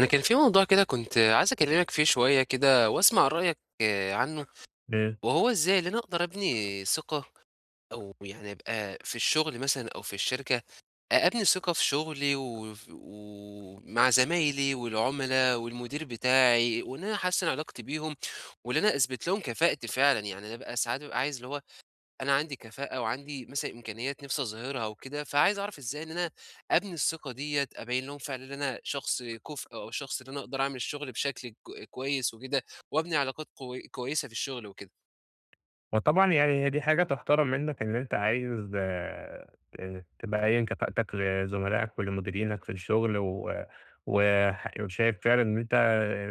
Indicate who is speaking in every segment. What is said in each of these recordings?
Speaker 1: أنا كان في موضوع كده كنت عايز أكلمك فيه شوية كده وأسمع رأيك عنه.
Speaker 2: إمم.
Speaker 1: وهو إزاي اللي أنا أقدر أبني ثقة أو يعني أبقى في الشغل مثلا أو في الشركة. أبني ثقة في شغلي ومع زمايلي والعملاء والمدير بتاعي وإن أنا أحسن علاقتي بيهم وإن أنا أثبت لهم كفاءتي فعلا. يعني أنا بقى ساعات ببقى عايز اللي هو أنا عندي كفاءة وعندي مثلًا إمكانيات نِفْسي أظهرها وكده، فعايز أعرف إزاي إن أنا أبني الثقة ديّة، أبيّن لهم فعلًا إن أنا شخص كُفء أو شخص إن أنا أقدر أعمل الشغل بشكل كويس وكده، وأبني علاقات قوي كويسة في الشغل وكده.
Speaker 2: وطبعًا يعني هي دي حاجة تُحترم منّك إن أنت عايز ت تبيّن كفاءتك لزملائك ولمديرينك في الشغل و وشايف فعلًا إن أنت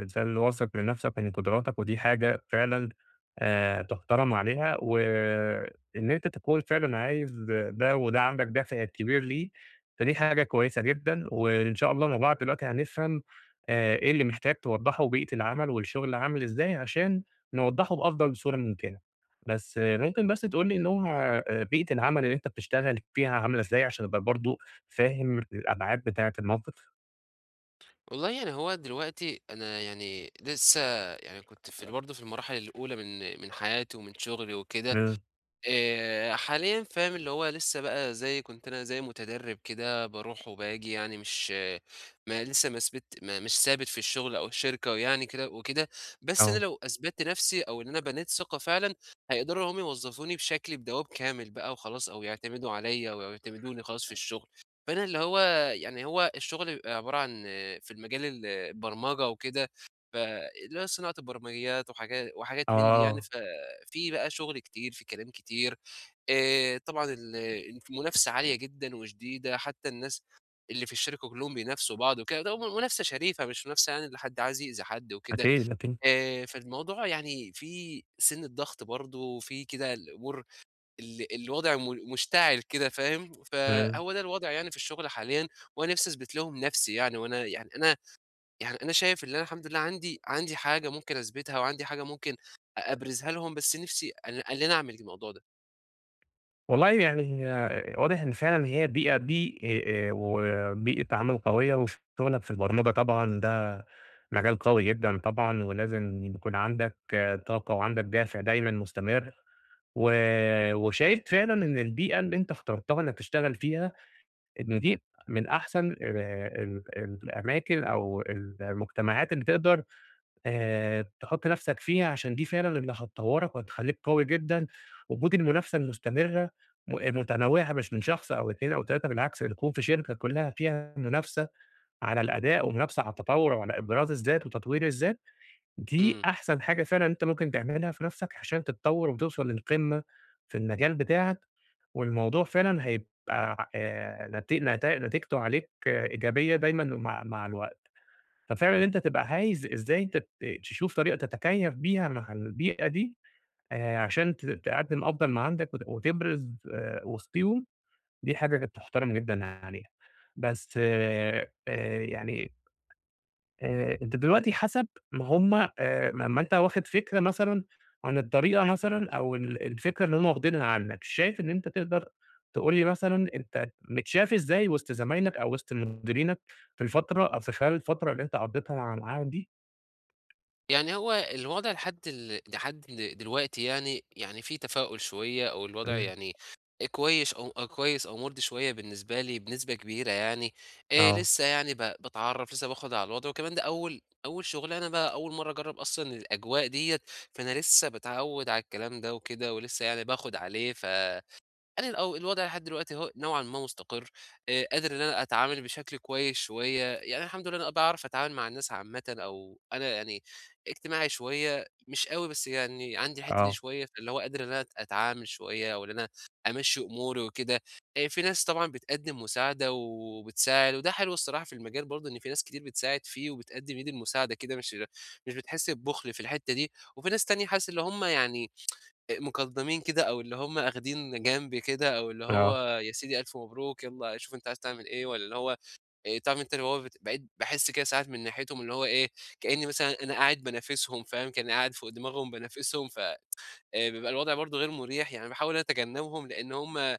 Speaker 2: إنسان واثق من نَفْسك ومن قدراتك، ودي حاجة فعلًا تُحترم عليها، وإن أنت تكون فعلًا عايز ده وده عندك دافع كبير ليه، فدي حاجة كويسة جدًا، وإن شاء الله مع بعض دلوقتي هنفهم إيه اللي محتاج توضّحه وبيئة العمل والشغل عامل إزاي عشان نوضّحه بأفضل صورة ممكنة. بس ممكن بس تقول لي نوع بيئة العمل اللي أنت بتشتغل فيها عاملة إزاي عشان أبقى برضه فاهم الأبعاد بتاعة الموقف؟
Speaker 1: والله يعني هو دلوقتي أنا يعني لسه، يعني كنت في برضه في المراحل الأولى من حياتي ومن شغلي وكده.
Speaker 2: إمم،
Speaker 1: حاليًا فاهم اللي هو لسه بقى زي كنت أنا زي متدرّب كده باروح وباجي، يعني مش، ما لسه ما ثبت ما مش ثابت في الشغل أو الشركة ويعني كده وكده. بس أنا
Speaker 2: آه،
Speaker 1: لو أثبتت نَفْسي أو إن أنا بنيت ثقة فعلًا، هيقدروا هم يوظّفوني بشكل بدوام كامل بقى وخلاص، أو يعتمدوا عليّا ويعتمدوني خلاص في الشغل. فأنا اللي هو يعني هو الشغل بيبقى عبارة عن في المجال البرمجة وكده، فاللي هو صناعة البرمجيات وحاجات من دي يعني
Speaker 2: آه،
Speaker 1: ف في بقى شغل كتير، في كلام كتير. طبعًا المنافسة عالية جدًا وشديدة، حتى الناس اللي في الشركة كلّهم بينافسوا بعض وكده، ده منافسة شريفة مش منافسة يعني اللي حد عايز يأذي حد وكده.
Speaker 2: أكيد، أكيد،
Speaker 1: فالموضوع يعني فيه سِنّة ضغط برضه، وفي كده الأمور الوضع مشتعل كده فاهم،
Speaker 2: إمم.
Speaker 1: فهو ده الوضع يعني في الشغل حاليًا. وأنا نِفسي أثبت لهم نَفْسي يعني، وأنا يعني أنا، يعني أنا شايف اللي أنا الحمد لله عندي، عندي حاجة ممكن أثبتها وعندي حاجة ممكن أبرزها لهم، بس نِفْسي إن أنا أعمل الموضوع ده.
Speaker 2: والله يعني واضح إن فعلًا هي البيئة دي وبيئة عمل قوية وشغلك في البرمجة طبعًا ده مجال قوي جدًا طبعًا، ولازم يكون عندك طاقة وعندك دافع دايمًا مستمر، و وشايف فعلًا إن البيئة اللي أنت اخترتها إنك تشتغل فيها إن دي من أحسن ال ال الأماكن أو المجتمعات اللي تقدر تحُط نَفْسك فيها، عشان دي فعلًا اللي هتطوّرك وهتخلّيك قوي جدًا، وجود المنافسة المستمرة متنوعة مش من شخص أو 2 أو 3 بالعكس ده تكون في شركة كُلّها فيها منافسة على الأداء ومنافسة على التطوّر وعلى إبراز الذات وتطوير الذات. دي
Speaker 1: إمم.
Speaker 2: أحسن حاجة فعلًا أنت ممكن تعملها في نَفْسك عشان تتطوّر وتوصل للقمة في المجال بتاعك، والموضوع فعلًا هيبقى نت نت نتيجته عليك إيجابية دايمًا مع الوقت. ففعلًا أنت تبقى عايز إزاي تشوف طريقة تتكيّف بيها مع البيئة دي عشان تقدّم أفضل ما عندك وتبرز وسطيهم، دي حاجة تحترم جدًا عليها. بس يعني أنت دلوقتي حسب ما هم لمّا أنت واخد فكرة مثلًا عن الطريقة مثلًا أو الفكرة اللي هم واخدينها عنّك، شايف إن أنت تقدر تقول لي مثلًا أنت متشاف إزاي وسط زمايلك أو وسط مديرينك في الفترة أو في خلال الفترة اللي أنت قضّيتها معاهم دي؟
Speaker 1: يعني هو الوضع لحد لحد دلوقتي يعني، يعني في تفاؤل شوية، أو الوضع
Speaker 2: إمم،
Speaker 1: يعني كويش أو كويس أو مُرضي شوية بالنسبة لي بنسبة كبيرة يعني.
Speaker 2: آه،
Speaker 1: لسه يعني باتعرّف، لسه باخُد على الوضع، وكمان ده أول شُغلانة بقى، أول مرّة أجرّب أصلًا الأجواء ديّة. فأنا لسه باتعوّد على الكلام ده وكده ولسه يعني باخُد عليه ف أنا الوضع لحد دلوقتي أهو نوعًا ما مستقر. قادر إن أنا أتعامل بشكل كويس شوية، يعني الحمد لله أنا باعرف أتعامل مع الناس عامةً، أو أنا يعني اجتماعي شوية، مش أوي بس يعني عندي الحتّة دي
Speaker 2: آه،
Speaker 1: شوية، فاللي هو قادر إن أنا أتعامل شوية أو إن أنا أمشّي أموري وكده. في ناس طبعًا بتقدّم مساعدة وبتساعد، وده حلو الصراحة في المجال برضه، إن في ناس كتير بتساعد فيه وبتقدّم إيد المساعدة كده، مش مش بتحس ببُخل في الحتّة دي، وفي ناس تانية حاسس اللي هم يعني مقدّمين كده، أو اللي هم آخدين جنب كده، أو اللي
Speaker 2: آه،
Speaker 1: هو يا سيدي ألف مبروك يالّا شوف أنت عايز تعمل إيه، والّا اللي هو تعرف أنت اللي هو بقيت باحس كده ساعات من ناحيتهم اللي هو إيه، كإنّي مثلًا أنا قاعد بانافسهم فاهم، كإنّي قاعد فوق دماغهم بانافسهم. ف بيبقى الوضع برضه غير مُريح، يعني باحاول أتجنّبهم، لإن هم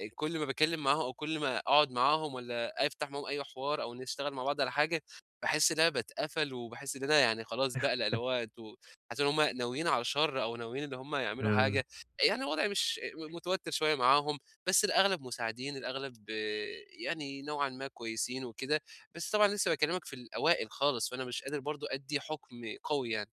Speaker 1: كل ما باتكلّم معاهم، أو كل ما أقعد معاهم، والّا أفتح معاهم أي حوار، أو نشتغل مع بعض على حاجة، باحس إن أنا باتقفل، وباحس إن أنا يعني خلاص باقلق، اللي هو أنتم، حاسس إن هم ناويين على شَر، أو ناويين إن هم يعملوا
Speaker 2: إمم.
Speaker 1: حاجة. يعني وضعي مش متوتر شوية معاهم، بس الأغلب مساعدين، الأغلب آه، يعني نوعًا ما كويسين وكده، بس طبعًا لسه باكلّمك في الأوائل خالص، فأنا مش قادر برضه أدّي حُكم قوي يعني.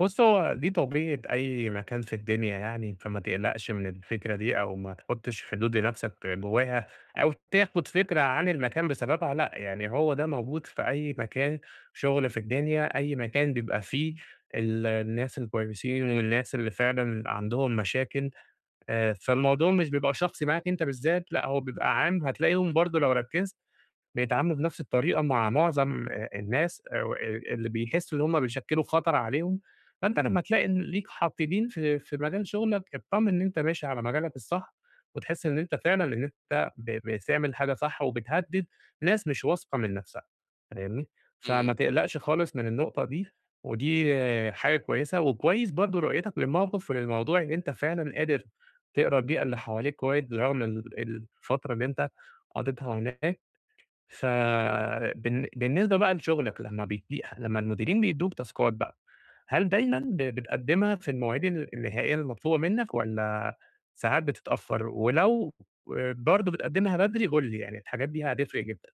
Speaker 2: بُص، هو دي طبيعة أي مكان في الدنيا يعني، فما تقلقش من الفكرة دي أو ما تحطش حدود لنفسك جواها أو تاخد فكرة عن المكان بسببها لأ، يعني هو ده موجود في أي مكان شغل في الدنيا، أي مكان بيبقى فيه الناس الكويسين والناس اللي فعلًا عندهم مشاكل، فالموضوع مش بيبقى شخصي معاك أنت بالذات، لأ، هو بيبقى عام، هتلاقيهم برضه لو ركزت بيتعاملوا بنفس الطريقة مع معظم الناس أو اللي بيحسّوا إن هم بيشكّلوا خطر عليهم، فأنت لمّا تلاقي إن ليك حاطّينين في مجال شغلك، اتطمن إن أنت ماشي على مجالك الصح وتحس إن أنت فعلًا إن أنت بتعمل حاجة صح وبتهدِّد ناس مش واثقة من نَفْسها، فاهمني؟ فما
Speaker 1: إمم.
Speaker 2: تقلقش خالص من النقطة دي، ودي حاجة كويسة وكويس برضه رؤيتك للموقف وللموضوع إن أنت فعلًا قادر تقرا البيئة اللي حواليك كويس برغم الفترة اللي أنت قضيتها هناك. بالنسبة بقى لشغلك لمّا بيدّي لمّا المديرين بيدّوك تاسكات بقى، هل دايمًا بتقدّمها في المواعيد النهائية المطلوبة منّك والّا ساعات بتتأخّر؟ ولو برضه بتقدّمها بدري قُل لي، يعني الحاجات دي هتفرق جدًا.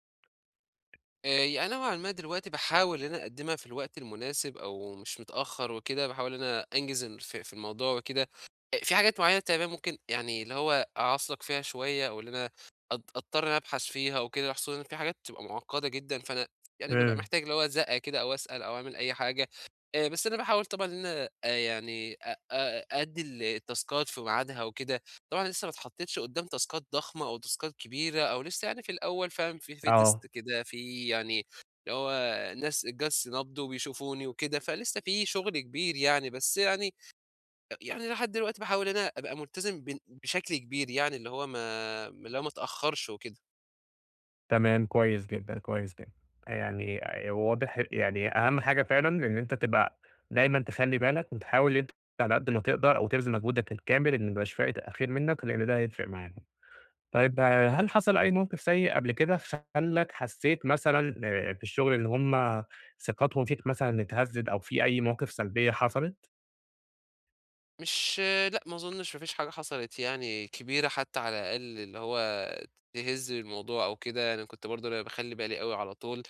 Speaker 1: يعني نوعًا ما دلوقتي باحاول إن أنا أقدّمها في الوقت المناسب أو مش متأخّر وكده، باحاول إن أنا أنجز في في الموضوع وكده. أ في حاجات معيّنة تمام ممكن يعني اللي هو أعَصلَك فيها شوية، أو اللي أنا أضطر إن أنا أبحث فيها وكده، خصوصًا إن في حاجات بتبقى معقّدة جدًا، فأنا يعني بابقى
Speaker 2: إمم،
Speaker 1: محتاج اللي هو أزَّقّة كده، أو أسأل، أو أعمل أي حاجة. بس أنا باحاول طبعًا إن أنا يعني أ أ أأدّي التاسكات في ميعادها وكده. طبعًا لسه ما اتحطيتش قدّام تاسكات ضخمة أو تاسكات كبيرة، أو لسه يعني في الأول فاهم، في
Speaker 2: آه،
Speaker 1: تيست كده، في يعني اللي هو ناس جَالس نبض وبيشوفوني وكده، فلسه في شغل كبير يعني، بس يعني، يعني لحد دلوقتي باحاول إن أنا أبقى ملتزم بشكل كبير يعني، اللي هو ما اتأخرش وكده.
Speaker 2: تمام كويس جدًا، كويس جدًا. يعني واضح يعني أهم حاجة فعلًا إن أنت تبقى دايمًا تخلّي بالك وتحاول أنت على قد ما تقدر أو تبذل مجهودك الكامل إن ما يبقاش فيه تأخير منّك، لإن ده هيفرق معانا. طيب آه، هل حصل أي موقف سيء قبل كده خلّاك حسّيت مثلًا في الشغل إن هم ثقتهم فيك مثلًا اتهزّت أو في أي مواقف سلبية حصلت؟
Speaker 1: مش، لأ، ما أظنش ما فيش حاجة حصلت يعني كبيرة، حتى على الأقل اللي هو تهِز الموضوع أو كده، أنا كنت برضه أنا باخلّي بالي أوي على طول.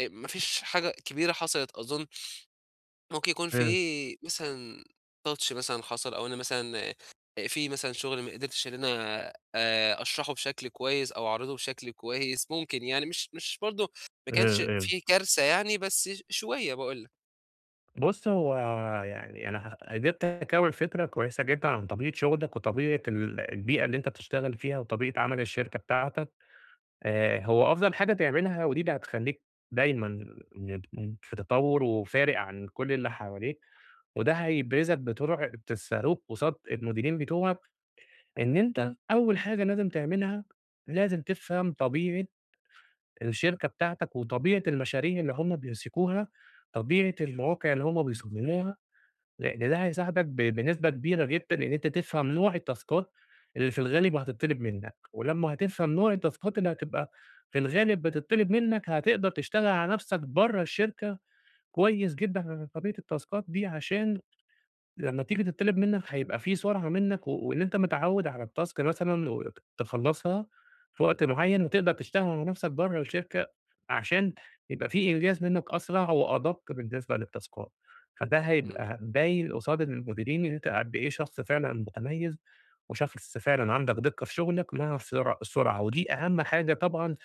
Speaker 1: ما فيش حاجة كبيرة حصلت أظن. ممكن يكون في
Speaker 2: إمم،
Speaker 1: مثلًا touch مثلًا حصل، أو أنا مثلًا في مثلًا شغل ما قدرتش إن أنا أشرحه بشكل كويس أو أعرضه بشكل كويس، ممكن يعني مش برضه ما
Speaker 2: إمم،
Speaker 1: كانش
Speaker 2: إمم.
Speaker 1: في كارثة يعني، بس شوية باقول لك.
Speaker 2: بُص، هو يعني أنا قدرت أكوِّن فكرة كويسة جدًا عن طبيعة شغلك وطبيعة البيئة اللي أنت بتشتغل فيها وطبيعة عمل الشركة بتاعتك. هو أفضل حاجة تعملها ودي اللي هتخلّيك دايمًا م م في تطوُّر وفارق عن كل اللي حواليك، وده هيبرزك بطرق الصاروخ قصاد المديرين بتوعك إن أنت أول حاجة لازم تعملها، لازم تفهم طبيعة الشركة بتاعتك، وطبيعة المشاريع اللي هم بيمسكوها، طبيعة المواقع اللي هم بيصمموها، لإن ده هيساعدك بنسبة كبيرة جدًا إن أنت تفهم نوع التاسكات اللي في الغالب هتطلب منك، ولمّا هتفهم نوع التاسكات اللي هتبقى في الغالب بتطلب منك، هتقدر تشتغل على نفسك برّه الشركة كويس جدًا على طبيعة التاسكات دي عشان لمّا تيجي تطلب منك هيبقى في سرعة منك، وإن أنت متعوّد على الtask مثلًا وتخلّصها في وقت معيّن، وتقدر تشتغل على نفْسك برّه الشركة، عشان يبقى في إنجاز منك أسرع وأدق بالنسبة للتاسكات، فده
Speaker 1: إمم.
Speaker 2: هيبقى باين قصاد المديرين إن أنت قد إيه شخص فعلًا متميّز، وشخص فعلًا عندك دقة في شغلك مع السرعة، ودي أهم حاجة طبعًا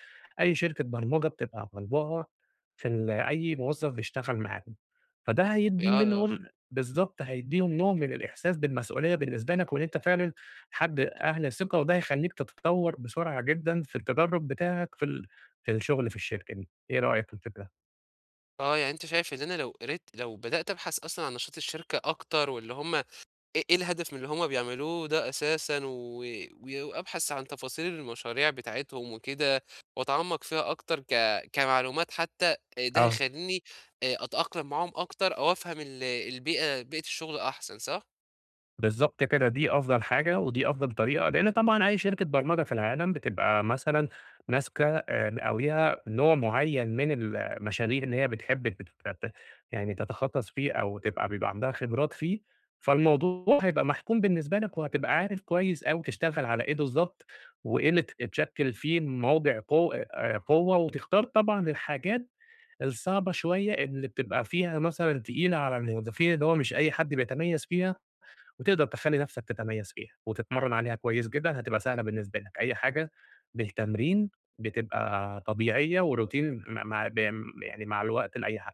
Speaker 2: أي شركة برمجة بتبقى طالباها في أي موظف بيشتغل معاهم، فده هيدّي
Speaker 1: آه، آه.
Speaker 2: منهم بالضبط، هيدّيهم نوع من الإحساس بالمسؤولية بالنسبة لك وإن أنت فعلًا حد أهل ثقة، وده هيخلّيك تتطوّر بسرعة جدًا في التدرّب بتاعك في ال في الشغل في الشركة دي، إيه رأيك في الفكرة؟
Speaker 1: آه، يعني أنت شايف إن أنا لو قريت لو بدأت أبحث أصلًا عن نشاط الشركة أكتر، واللي هم إيه الهدف من اللي هُم بيعملوه ده أساسًا، وأبحث عن تفاصيل المشاريع بتاعتهم وكده وأتعمّق فيها أكتر كمعلومات حتى، ده
Speaker 2: آه.
Speaker 1: هيخلّيني أتأقلم معاهم أكتر، أو أفهم البيئة بيئة الشغل أحسن، صح؟
Speaker 2: بالضبط كده، دي أفضل حاجة ودي أفضل طريقة، لإن طبعًا أي شركة برمجة في العالم بتبقى مثلًا ماسكة أو ليها نوع معيّن من المشاريع اللي هي بتحب يعني تتخصص فيه أو تبقى بيبقى عندها خبرات فيه، فالموضوع هيبقى محكوم بالنسبة لك وهتبقى عارف كويس أوي تشتغل على إيه بالضبط، وإيه اللي تشكِّل فيه موضع قو قوة، وتختار طبعًا الحاجات الصعبة شوية اللي بتبقى فيها مثلًا تقيلة على الموظفين، اللي هو مش أي حد بيتميّز فيها. وتقدر تخلّي نَفْسك تتميّز فيها، وتتمرّن عليها كويس جدًا، هتبقى سهلة بالنسبة لك، أي حاجة بالتمرين بتبقى طبيعية وروتين م مع بم يعني مع الوقت لأي حد.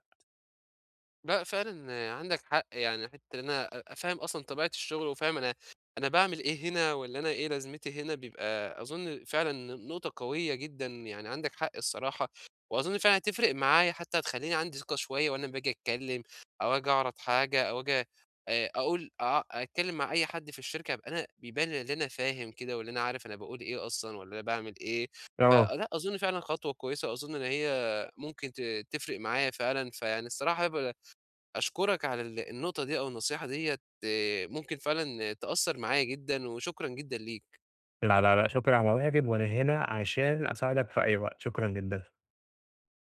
Speaker 1: لأ فعلًا عندك حق، يعني حتّة إن أنا أبقى فاهم أصلًا طبيعة الشغل وفاهم أنا، أنا باعمل إيه هنا، والّا أنا إيه لازمتي هنا، بيبقى أظن فعلًا نقطة قوية جدًا، يعني عندك حق الصراحة. وأظن فعلًا هتفرق معايا حتّى، هتخلّيني عندي ثقة شوية وأنا باجي أتكلّم، أو آجي أعرض حاجة، أو آجي أقول أتكلّم مع أي حد في الشركة، أبقى أنا بيبان لي إن أنا فاهم كده، والّا أنا عارف أنا باقول إيه أصلًا، والّا أنا باعمل إيه.
Speaker 2: آه،
Speaker 1: فلأ أظن فعلًا خطوة كويسة، وأظن إن هي ممكن تفرق معايا فعلًا، فيعني الصراحة هابقى أشكرك على النقطة دي أو النصيحة ديّة، ممكن فعلًا تأثّر معايا جدًا، وشكرًا جدًا ليك.
Speaker 2: لا، لا، لا، شكرًا على واجب، وأنا هنا عشان أساعدك في أي وقت، شكرًا جدًا.